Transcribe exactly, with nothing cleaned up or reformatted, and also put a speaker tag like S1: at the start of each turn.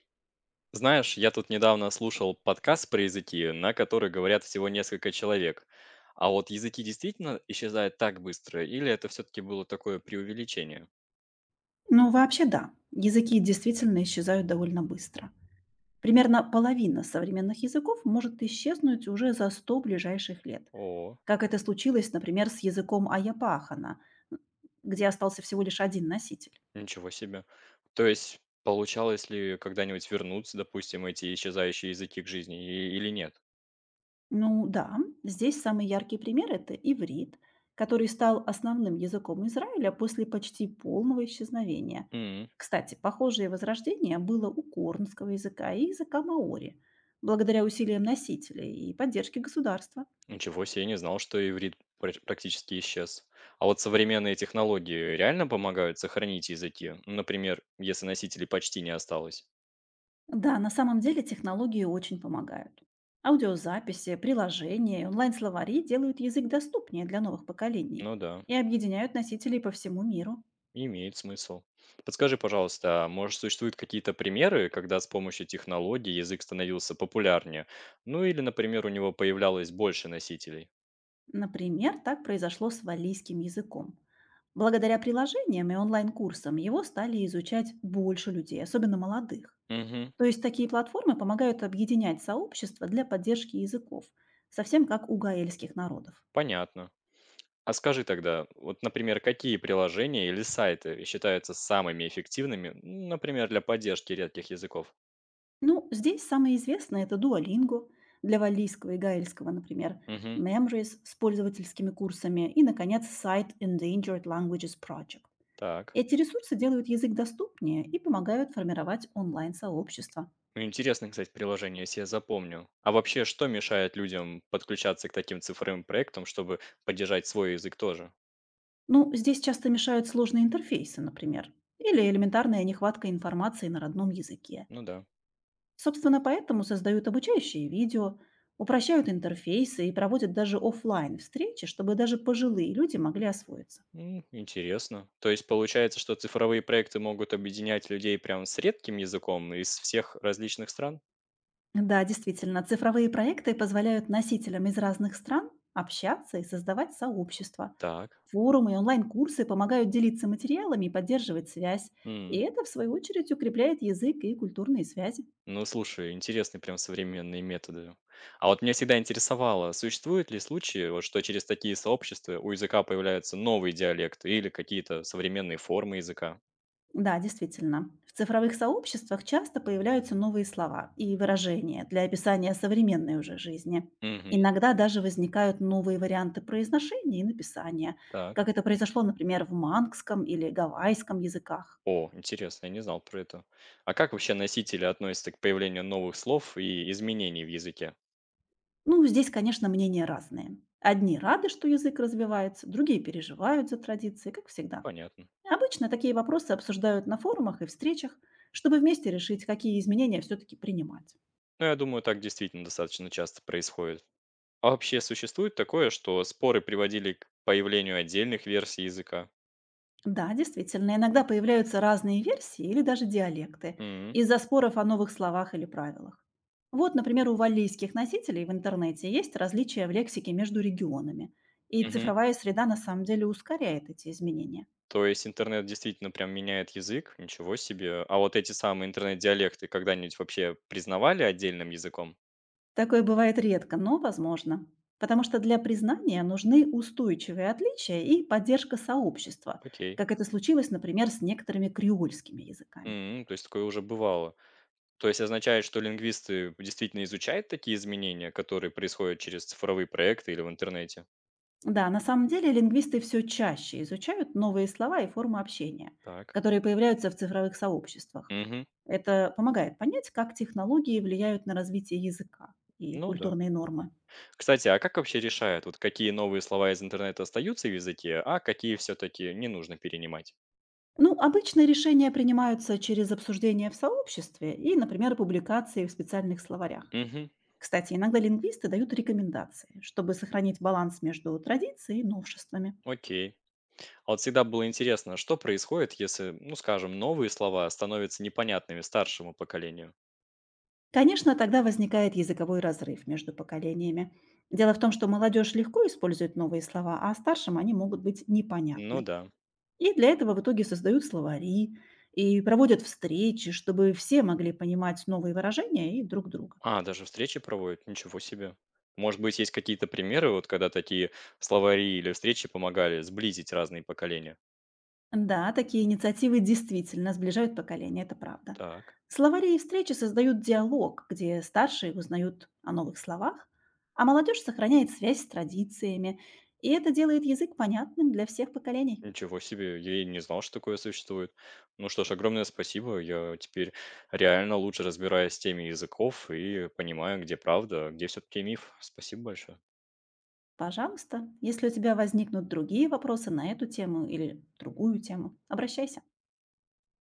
S1: Знаешь, я тут недавно слушал подкаст про языки, на который говорят всего несколько человек. А вот языки действительно исчезают так быстро, или это все-таки было такое преувеличение?
S2: Ну, вообще да. Языки действительно исчезают довольно быстро. Примерно половина современных языков может исчезнуть уже за сто ближайших лет.
S1: О,
S2: Как это случилось, например, с языком Аяпахана, где остался всего лишь один носитель.
S1: ничего себе. То есть, получалось ли когда-нибудь вернуться, допустим, эти исчезающие языки к жизни и- или нет?
S2: Ну да, здесь самый яркий пример– это иврит, который стал основным языком Израиля после почти полного исчезновения.
S1: М,
S2: Кстати, похожее возрождение было у корнского языка и языка маори, благодаря усилиям носителей и поддержке государства.
S1: ничего себе, я не знал, что иврит пр- практически исчез. А вот современные технологии реально помогают сохранить языки? Например, если носителей почти не осталось?
S2: Да, на самом деле технологии очень помогают. Аудиозаписи, приложения, и онлайн-словари делают язык доступнее для новых поколений
S1: Ну да.
S2: и объединяют носителей по всему миру.
S1: Имеет смысл. Подскажи, пожалуйста, а может, существуют какие-то примеры, когда с помощью технологий язык становился популярнее? Ну или, например, у него появлялось больше носителей?
S2: Например, так произошло с валлийским языком. Благодаря приложениям и онлайн-курсам его стали изучать больше людей, особенно молодых.
S1: Угу,
S2: То есть такие платформы помогают объединять сообщества для поддержки языков, совсем как у гаэльских народов.
S1: понятно. А скажи тогда, вот, например, какие приложения или сайты считаются самыми эффективными, ну, например, для поддержки редких языков?
S2: Ну, здесь самое известное– это дуолинго для валлийского и гаэльского, например,
S1: Угу,
S2: мемориз с пользовательскими курсами и, наконец, сайт эндейнджерд лэнгвиджес проджект.
S1: так.
S2: Эти ресурсы делают язык доступнее и помогают формировать онлайн-сообщество.
S1: Ну, интересно, кстати, приложение, если я запомню. А вообще, что мешает людям подключаться к таким цифровым проектам, чтобы поддержать свой язык тоже?
S2: Ну, здесь часто мешают сложные интерфейсы, например, или элементарная нехватка информации на родном языке.
S1: Ну да.
S2: Собственно, поэтому создают обучающие видео, упрощают интерфейсы и проводят даже оффлайн встречи, чтобы даже пожилые люди могли освоиться.
S1: М, интересно. То есть получается, что цифровые проекты могут объединять людей прям с редким языком из всех различных стран?
S2: Да, действительно, цифровые проекты позволяют носителям из разных стран общаться и создавать сообщества.
S1: Так.
S2: Форумы и онлайн-курсы помогают делиться материалами и поддерживать связь, и
S1: М.
S2: это, в свою очередь, укрепляет язык и культурные связи.
S1: Ну, слушай, интересные прям современные методы. А вот меня всегда интересовало, существуют ли случаи, вот, что через такие сообщества у языка появляются новые диалекты или какие-то современные формы языка?
S2: Да, действительно. В цифровых сообществах часто появляются новые слова и выражения для описания современной уже жизни.
S1: Мгм.
S2: Иногда даже возникают новые варианты произношения и написания,
S1: Так.
S2: как это произошло, например, в мангском или гавайском языках.
S1: О, интересно, я не знал про это. А как вообще носители относятся к появлению новых слов и изменений в языке?
S2: Ну, здесь, конечно, мнения разные. Одни рады, что язык развивается, другие переживают за традиции, как
S1: Ну,
S2: всегда.
S1: понятно.
S2: Обычно такие вопросы обсуждают на форумах и встречах, чтобы вместе решить, какие изменения все-таки принимать.
S1: Ну, я думаю, так действительно достаточно часто происходит. А вообще существует такое, что споры приводили к появлению отдельных версий языка?
S2: Да, действительно, иногда появляются разные версии или даже диалекты
S1: М,
S2: из-за споров о новых словах или правилах. Вот, например, у валлийских носителей в интернете есть различия в лексике между регионами, и
S1: мгм.
S2: цифровая среда на самом деле ускоряет эти изменения.
S1: То есть интернет действительно прям меняет язык? Ничего себе. А вот эти самые интернет-диалекты когда-нибудь вообще признавали отдельным языком?
S2: Такое бывает редко, но возможно, потому что для признания нужны устойчивые отличия и поддержка сообщества,
S1: Окей.
S2: как это случилось, например, с некоторыми креольскими языками.
S1: М, то есть такое уже бывало. То есть означает, что лингвисты действительно изучают такие изменения, которые происходят через цифровые проекты или в интернете?
S2: Да, на самом деле лингвисты все чаще изучают новые слова и формы общения,
S1: Так.
S2: которые появляются в цифровых сообществах.
S1: Мгм.
S2: Это помогает понять, как технологии влияют на развитие языка и
S1: Ну да.
S2: культурные нормы.
S1: Кстати, а как вообще решают, вот какие новые слова из интернета остаются в языке, а какие все-таки не нужно перенимать?
S2: Ну, обычно решения принимаются через обсуждение в сообществе и, например, публикации в специальных словарях.
S1: Угу,
S2: Кстати, иногда лингвисты дают рекомендации, чтобы сохранить баланс между традицией и новшествами.
S1: окей. А вот всегда было интересно, что происходит, если, ну скажем, новые слова становятся непонятными старшему поколению?
S2: Конечно, тогда возникает языковой разрыв между поколениями. Дело в том, что молодежь легко использует новые слова, а старшим они могут быть
S1: Ну
S2: непонятны.
S1: да.
S2: И для этого в итоге создают словари и проводят встречи, чтобы все могли понимать новые выражения и друг друга.
S1: А, даже встречи проводят? Ничего себе. Может быть, есть какие-то примеры, вот когда такие словари или встречи помогали сблизить разные поколения?
S2: Да, такие инициативы действительно сближают поколения, это правда.
S1: Так.
S2: Словари и встречи создают диалог, где старшие узнают о новых словах, а молодежь сохраняет связь с традициями, и это делает язык понятным для всех поколений.
S1: Ничего себе, я и не знал, что такое существует. Ну что ж, огромное спасибо. Я теперь реально лучше разбираюсь в теме языков и понимаю, где правда, а где все-таки миф. Спасибо большое.
S2: Пожалуйста, если у тебя возникнут другие вопросы на эту тему или другую тему, обращайся.